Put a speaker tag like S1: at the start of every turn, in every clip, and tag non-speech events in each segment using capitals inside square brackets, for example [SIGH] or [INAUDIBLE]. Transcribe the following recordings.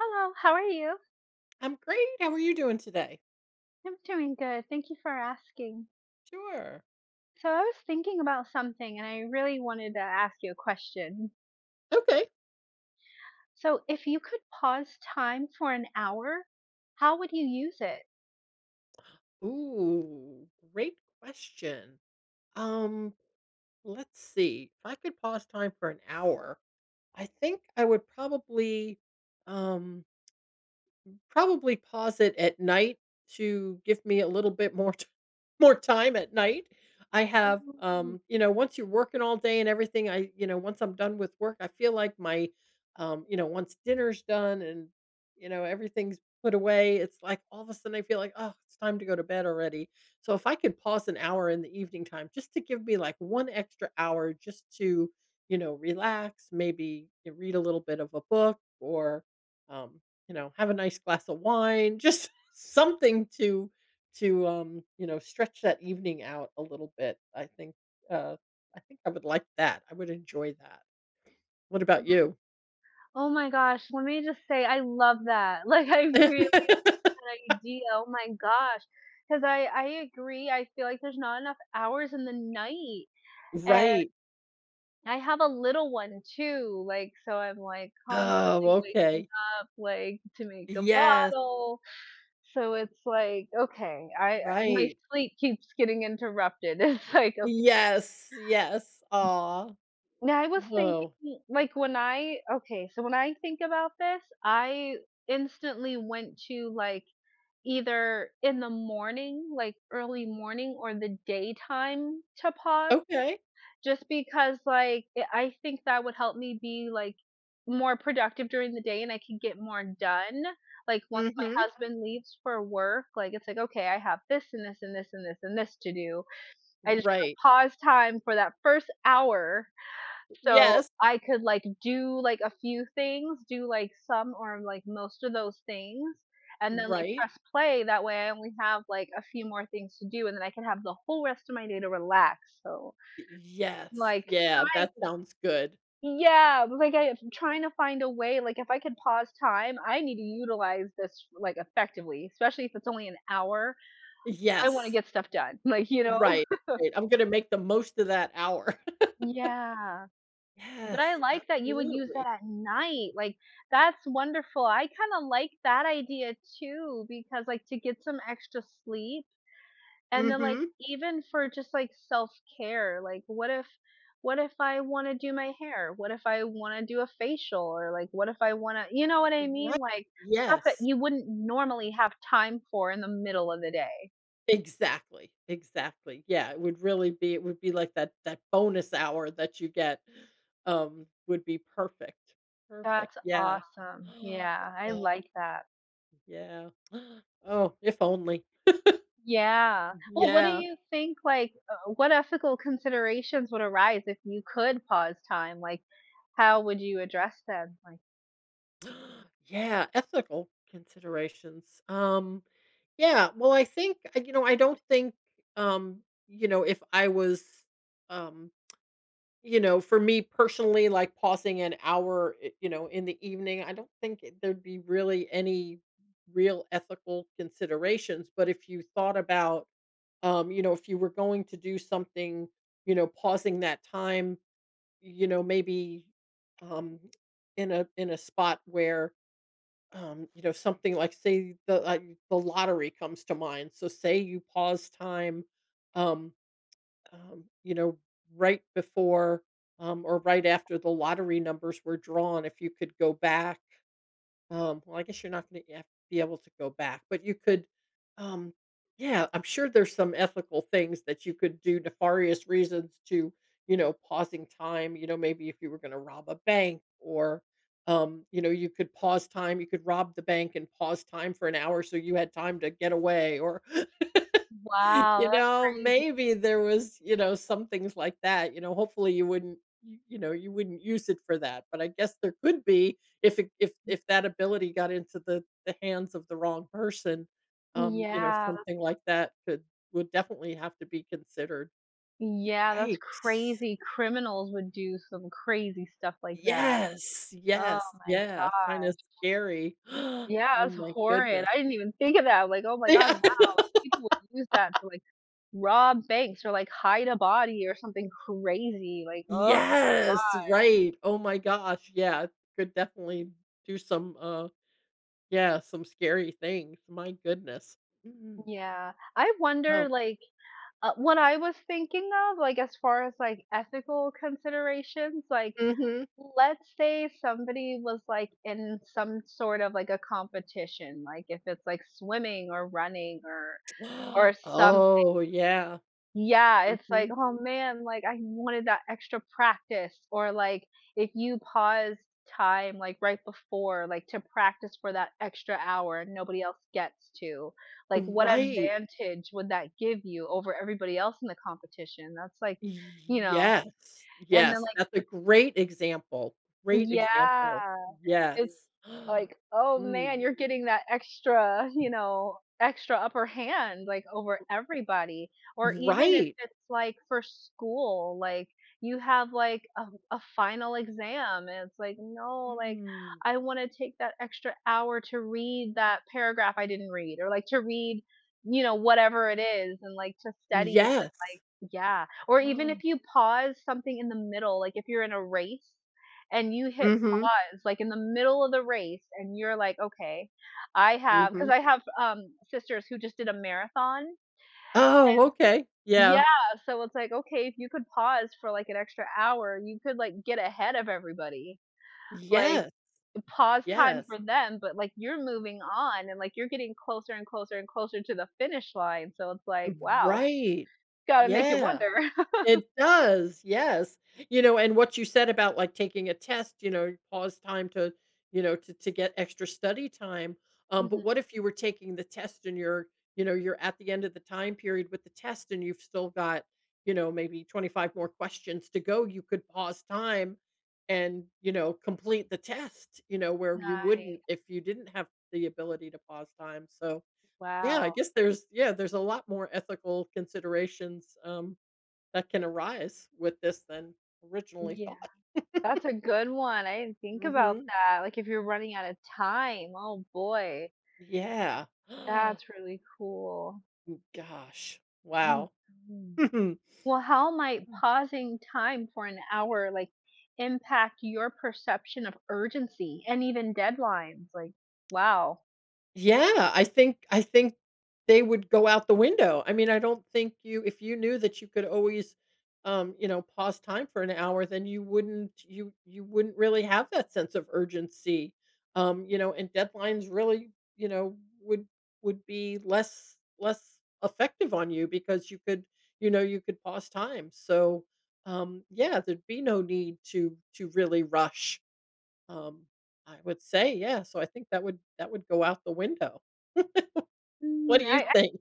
S1: Hello, how are you?
S2: I'm great. How are you doing today?
S1: I'm doing good. Thank you for asking.
S2: Sure.
S1: So, I was thinking about something and I really wanted to ask you a question.
S2: Okay.
S1: So, if you could pause time for an hour, how would you use it?
S2: Ooh, great question. Um, let's see. If I could pause time for an hour, I think I would probably um probably pause it at night to give me a little bit [LAUGHS] more time at night. I have
S1: Ooh.
S2: once you're working all day and everything, I you know once I'm done with work I feel like my— once dinner's done and everything's put away, it's like all of a sudden I feel like, oh, it's time to go to bed already. So if I could pause an hour in the evening time, just to give me like one extra hour just to relax, maybe you read a little bit of a book or um, have a nice glass of wine, just [LAUGHS] something to stretch that evening out a little bit. Uh I think I would like that. I would enjoy that. What about you?
S1: Oh my gosh, let me just say I love that. [LAUGHS] Like I really
S2: [LAUGHS]
S1: had an idea. Oh my gosh. Because I agree. I feel like there's not enough hours in the night.
S2: Right.
S1: I have a little one too, like, so I'm, like, constantly
S2: Oh,
S1: waking
S2: okay.
S1: up, like, to make a
S2: Yes,
S1: bottle, so it's like, okay, I my
S2: right.
S1: sleep keeps getting interrupted. [LAUGHS] It's like, okay.
S2: Yes, yes. Aw.
S1: Now I was thinking,
S2: Oh.
S1: like, when I okay, so when I think about this, I instantly went to, like, either in the morning, like, early morning or the daytime to pause.
S2: Okay.
S1: Just because like it, I think that would help me be like more productive during the day and I can get more done. Like once my
S2: Mm-hmm.
S1: husband leaves for work, like it's like okay, I have this and this and this and this and this to do. I just want
S2: Right.
S1: to pause time for that first hour so
S2: Yes.
S1: I could like do like a few things, do like some or like most of those things and then like
S2: Right.
S1: press play that way I only have like a few more things to do and then I can have the whole rest of my day to relax. So
S2: Yes.
S1: like
S2: Yeah, that sounds good.
S1: yeah, but, like, I'm trying to find a way like, if I could pause time, I need to utilize this, like, effectively, especially if it's only an hour. I wanna
S2: Yes.
S1: get stuff done, [LAUGHS] like, you know?
S2: Right, right, I'm gonna make the most of that hour. [LAUGHS]
S1: Yeah, but I
S2: Yes,
S1: like that you would use that
S2: absolutely.
S1: at night, like, that's wonderful. I kinda like that idea too because, like, to get some extra sleep. And then, like,
S2: Mhm.
S1: even for just, like, self-care, like, what if I wanna do my hair? What if I wanna do a facial? Or, like, what if I wanna you know what I mean?
S2: Right.
S1: Like, stuff that
S2: Yes.
S1: you wouldn't normally have time for in the middle of the day.
S2: Exactly, exactly. Yeah, it would be like that bonus hour that you get, would be perfect. Perfect,
S1: That's
S2: yeah.
S1: awesome.
S2: [GASPS]
S1: Yeah, I
S2: Uh,
S1: like that.
S2: Yeah. [GASPS] Oh, if only.
S1: Yeah. Well, what do
S2: Yeah.
S1: you think, like, what ethical considerations would arise if you could pause time? Like, how would you address them? Like
S2: [GASPS] Yeah, ethical considerations. Yeah, well, I don't think um, you know, if I was um, you know, for me personally, like pausing an hour, in the evening, I don't think there'd be really any real ethical considerations. But if you thought about, you know, if you were going to do something, you know, pausing that time, you know, maybe um, in a spot where, you know, something like say the lottery comes to mind. So say you pause time, um, you know, right before, or right after the lottery numbers were drawn. If you could go back, well, I guess you're not gonna be able to go back, but you could, um yeah, I'm sure there's some ethical things that you could do, nefarious reasons to, you know, pausing time, you know, maybe if you were gonna rob a bank or, you know, you could pause time, you could rob the bank and pause time for an hour so you had time to get away or [LAUGHS]
S1: wow,
S2: You
S1: that's
S2: know,
S1: crazy.
S2: maybe there was, you know, some things like that, you know, hopefully you wouldn't you, you know, you wouldn't use it for that, but I guess there could be if it if that ability got into the hands of the wrong person, you know,
S1: Yeah.
S2: something like that could would definitely have to be considered.
S1: Yeah, that's
S2: Yikes.
S1: crazy. Criminals would do some crazy stuff like that.
S2: Yes,
S1: Oh
S2: yes,
S1: my
S2: yeah, kinda
S1: gosh.
S2: scary. [GASPS]
S1: Yeah,
S2: Oh
S1: that's
S2: my
S1: horrid.
S2: goodness.
S1: I didn't even think of that. Like, oh
S2: [LAUGHS]
S1: my god,
S2: Yeah.
S1: wow. People would use that to like rob banks or like hide a body or something crazy. Like, oh
S2: Yes,
S1: God.
S2: right. Oh my gosh, yeah, could definitely do some, yeah, some scary things, my goodness. Mm.
S1: Yeah. I
S2: Oh.
S1: wonder like what I was thinking of like as far as like ethical considerations like
S2: Mhm.
S1: let's say somebody was, like, in some sort of, like, a competition, like, if it's, like, swimming or running or
S2: [GASPS]
S1: some
S2: Oh, yeah.
S1: yeah, it's like,
S2: Mhm.
S1: "Oh, man, like, I wanted that extra practice," or, like, if you pause time, like, right before, like, to practice for that extra hour and nobody else gets to, like, what
S2: Right.
S1: advantage would that give you over everybody else in the competition? That's like you know,
S2: Yes,
S1: and then,
S2: yes,
S1: like
S2: that's a great example, great example.
S1: yeah.
S2: Yes.
S1: It's
S2: [GASPS]
S1: like, "Oh, man,
S2: Mm.
S1: you're getting that extra, you know, extra upper hand, like, over everybody." Or even if
S2: Right.
S1: it's, like, for school, like, you have, like, a final exam, and it's like, "No, like,
S2: Mm.
S1: I wanna take that extra hour to read that paragraph I didn't read," or, like, to read, you know, whatever it is and, like, to study and,
S2: Yes.
S1: like yeah. Or even if
S2: [GASPS]
S1: you pause something in the middle, like, if you're in a race and you hit
S2: Mhm,
S1: it's like in the middle of the race and you're like, okay, I have because
S2: mhm.
S1: I have sisters who just did a marathon.
S2: Oh, okay. Yeah.
S1: Yeah, so it's like, okay, if you could pause for like an extra hour, you could like get ahead of everybody. Like
S2: Yes,
S1: pause time
S2: yes.
S1: for them, but like you're moving on and like you're getting closer and closer and closer to the finish line. So it's like, wow,
S2: Right.
S1: gotta make you
S2: Yeah.
S1: wonder. [LAUGHS]
S2: It does, yes. You know, and what you said about, like, taking a test, you know, pause time to you know, to get extra study time, but
S1: Mhm.
S2: what if you were taking the test and you're at the end of the time period with the test and you've still got, you know, maybe 25 more questions to go, you could pause time and, you know, complete the test, you know, where you wouldn't
S1: Nice.
S2: if you didn't have the ability to pause time, so, yeah, I
S1: Wow.
S2: guess there's a lot more ethical considerations, that can arise with this than originally
S1: Yeah.
S2: thought. [LAUGHS]
S1: That's a good one. I didn't think about
S2: Mhm.
S1: that. Like if you're running out of time, oh boy.
S2: Yeah. [GASPS]
S1: That's really cool.
S2: Gosh.
S1: Mhm,
S2: Wow.
S1: mhm.
S2: [LAUGHS]
S1: Well, how might pausing time for an hour, like, impact your perception of urgency and even deadlines? Like, wow.
S2: Yeah, I think they would go out the window. I mean, I don't think you if you knew that you could always, you know, pause time for an hour, then you wouldn't really have that sense of urgency. You know, and deadlines really, you know, would be less effective on you because you could pause time. So, yeah, there'd be no need to really rush. Um, I would say, yeah. So I think that would go out the window. What
S1: Mm,
S2: do you
S1: I I
S2: think?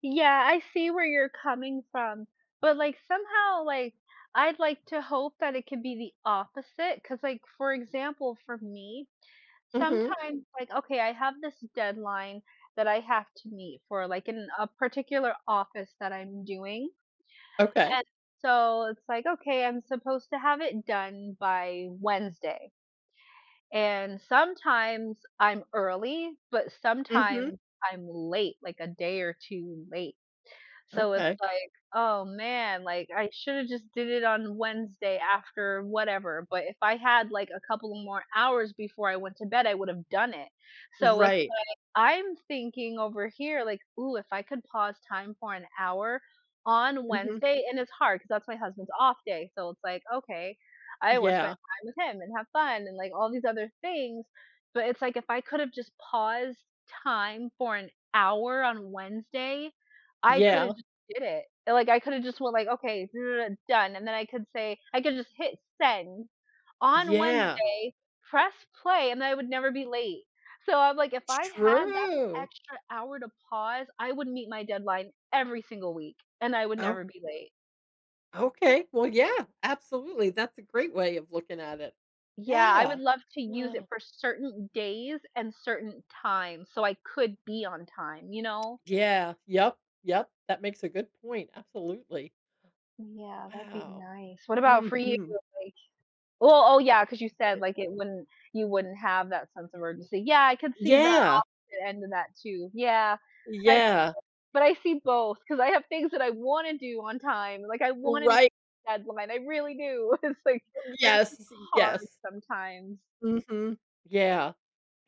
S1: yeah, I see where you're coming from, but, like, somehow, like, I'd like to hope that it could be the opposite. Cause like, for example, for me,
S2: Mhm.
S1: sometimes, like, okay, I have this deadline that I have to meet for, like, in a particular office that I'm doing.
S2: Okay.
S1: And so it's like, okay, I'm supposed to have it done by Wednesday. And sometimes I'm early, but
S2: Mhm.
S1: sometimes I'm late, like a day or two late. So it's
S2: Okay.
S1: like, "Oh, man, like, I should've just did it on Wednesday after whatever," but if I had, like, a couple of more hours before I went to bed, I would've done it. So it's
S2: Right.
S1: like, I'm thinking over here, like, "Ooh, if I could pause time for an hour on
S2: Mhm.
S1: Wednesday," and it's hard because that's my husband's off day, so it's like, "Okay, I wanna spend
S2: Yeah.
S1: time with him and have fun," and, like, all these other things, but it's like if I could've just paused time for an hour on Wednesday, I
S2: Yeah.
S1: could've did it. And, like, I could've just went like, "Okay, [TSK] done," and then I could say I could just hit send on
S2: Yeah.
S1: Wednesday, press play, and I would never be late. So I'm like, if I had that
S2: True.
S1: extra hour to pause, I would meet my deadline every single week, and I would
S2: Oh,
S1: never be late.
S2: okay. Well, yeah, absolutely. That's a great way of looking at it.
S1: Yeah, I
S2: Yeah.
S1: would
S2: [GASPS]
S1: love to use
S2: Ah,
S1: it for certain days and certain times so I could be on time, you know?
S2: Yeah. Yep. Yep. That makes a good point. Absolutely.
S1: Yeah, that'd be
S2: Wow.
S1: nice. What about for you?
S2: Mhm.
S1: Like well, oh yeah, because you
S2: Uh,
S1: said, like, it wouldn't you wouldn't have that sense of urgency. Yeah, I could see the
S2: yeah.
S1: opposite end of that too. Yeah. I
S2: Yeah.
S1: but I see both because I have things that I wanna do on time, like, I wanna meet
S2: Right.
S1: the deadline, I really do. [LAUGHS] It's like but it's
S2: Yes.
S1: hard
S2: Yes.
S1: sometimes.
S2: Mhm. Yeah.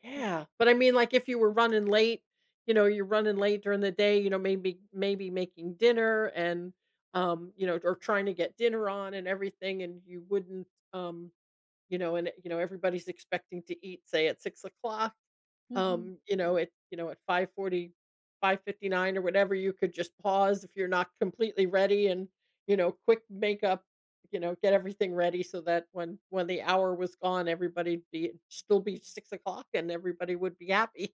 S2: Yeah, but I mean, like, if you were running late, you know, you're running late during the day, you know, maybe making dinner and, you know, or trying to get dinner on and everything, and you wouldn't, um you know, and you know everybody's expecting to eat, say at 6 o'clock.
S1: Mhm.
S2: You know, at 5:40, 5:59, or whatever, you could just pause if you're not completely ready and, you know, quick makeup, you know, get everything ready so that when the hour was gone, everybody'd be still be 6 o'clock and everybody would be happy.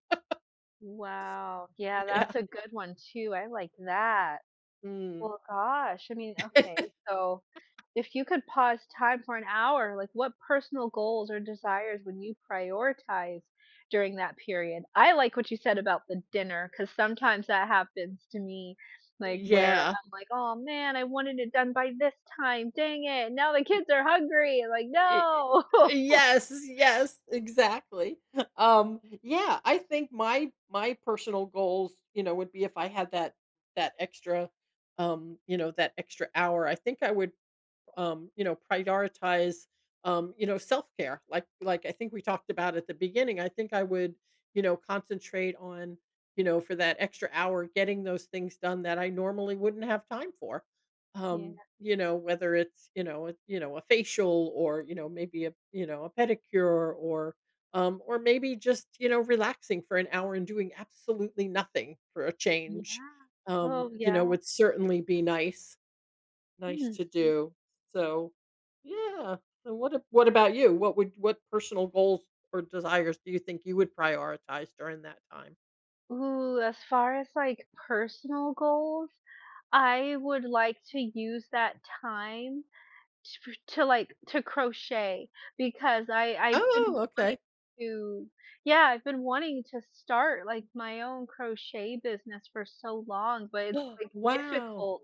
S1: Wow. Yeah,
S2: [LAUGHS] Yeah.
S1: that's a good one too, I like that.
S2: Mm.
S1: Well, gosh, I mean,
S2: [LAUGHS]
S1: okay, so if you could pause time for an hour, like what personal goals or desires would you prioritize during that period? I like what you said about the dinner because sometimes that happens to me, like where
S2: Yeah.
S1: I'm like, oh man, I wanted it done by this time. Dang it. Now the kids are hungry. Like,
S2: Y y
S1: no. [LAUGHS]
S2: yes, yes, exactly. [LAUGHS] Yeah, I think my personal goals, you know, would be if I had that extra, you know, that extra hour, I think I would, you know, prioritize, you know, self-care. Like I think we talked about at the beginning. I think I would, you know, concentrate on, you know, for that extra hour getting those things done that I normally wouldn't have time for.
S1: Yeah.
S2: You know, whether it's, you know, a facial or, you know, maybe a pedicure or maybe just, you know, relaxing for an hour and doing absolutely nothing for a change,
S1: Yeah. Oh,
S2: you know,
S1: yeah.
S2: would certainly be nice. Nice
S1: Hmm.
S2: to do. So, yeah. And what about you? What personal goals or desires do you think you would prioritize during that time?
S1: Ooh, as far as like personal goals, I would like to use that time to, like, to crochet because I've
S2: Oh,
S1: been
S2: okay.
S1: to yeah, I've been wanting to start, like, my own crochet business for so long, but it's,
S2: [GASPS]
S1: like,
S2: Wow.
S1: difficult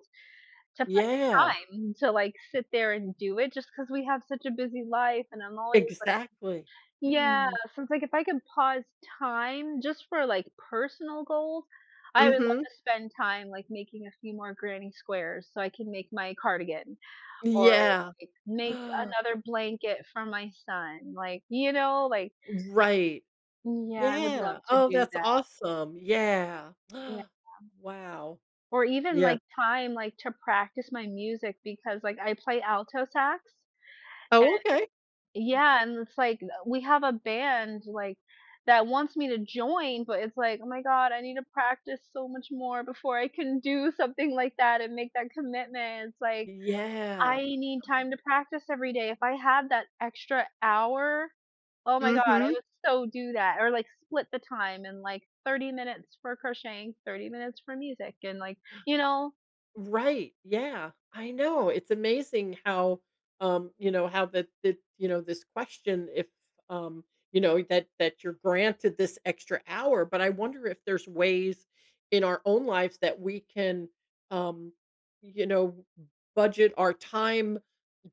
S1: to find
S2: Yeah,
S1: time to, like, sit there and do it just because we have such a busy life, and I'm always
S2: exactly.
S1: yeah,
S2: Mm.
S1: so it's like if I could pause time just for like personal goals, I would love
S2: Mhm.
S1: to spend time like making a few more granny squares so I can make my cardigan or
S2: Yeah.
S1: like make
S2: [GASPS]
S1: another blanket for my son. Like, you know, like
S2: Right.
S1: yeah, I would
S2: Yeah.
S1: love to
S2: Oh,
S1: do
S2: that's
S1: that.
S2: awesome. Yeah.
S1: Yeah.
S2: [GASPS] Wow.
S1: Or even
S2: Yeah.
S1: like time like to practice my music because like I play alto sax.
S2: Oh, okay.
S1: Yeah, and it's like, we have a band, like, that wants me to join, but it's like, "Oh my god, I need to practice so much more before I can do something like that and make that commitment." It's like,
S2: Yeah.
S1: I need time to practice every day. If I had that extra hour, oh my god, I
S2: Mhm.
S1: would so do that, or, like, split the time and, like, 30 minutes for crocheting, 30 minutes for music, and, like, you know?
S2: Right, yeah, I know, it's amazing how, you know, how you know, this question if, um, you know, that you're granted this extra hour, but I wonder if there's ways in our own lives that we can, um, you know, budget our time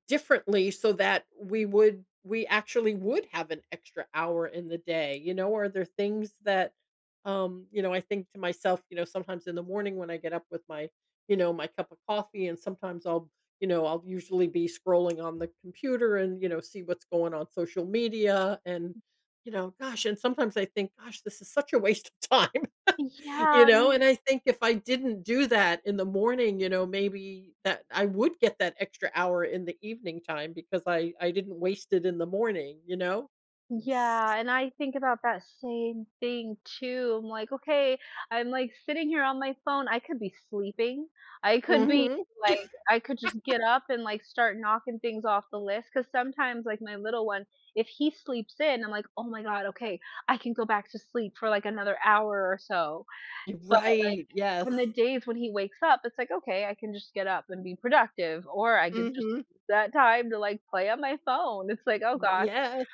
S2: differently so that we actually would have an extra hour in the day. You know, are there things that, you know, I think to myself, you know, sometimes in the morning when I get up with my, you know, my cup of coffee, and sometimes I'll you know I'll usually be scrolling on the computer and, you know, see what's going on social media and, you know, gosh, and sometimes I think, gosh, this is such a waste of [LAUGHS] time. You
S1: Yeah.
S2: know, and I think if I didn't do that in the morning, you know, maybe that I would get that extra hour in the evening time because I didn't waste it in the morning, you know?
S1: Yeah, and I think about that same thing too. I'm like, okay, I'm like sitting here on my phone. I could be sleeping. I could be
S2: Mhm.
S1: like, I could just get up and like start knocking things off the list. Cause sometimes, like, my little one, if he sleeps in, I'm like, oh my God, okay, I can go back to sleep for like another hour or so. But like
S2: Right,
S1: on the
S2: yes.
S1: days when he wakes up, it's like, okay, I can just get up and be productive, or I could just
S2: Mhm.
S1: use that time to like play on my phone. It's like, oh gosh.
S2: Yes,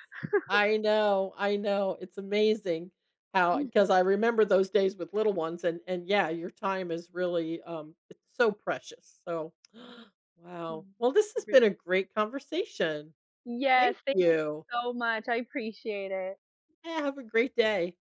S2: I know, it's amazing how, because I remember those days with little ones, and yeah, your time is really, it's so precious, so [GASPS] wow.
S1: Mm.
S2: Well, this has
S1: Re
S2: been a great conversation.
S1: yes,
S2: Thank
S1: thank you
S2: you.
S1: so much, I appreciate it.
S2: Yeah, have a great day.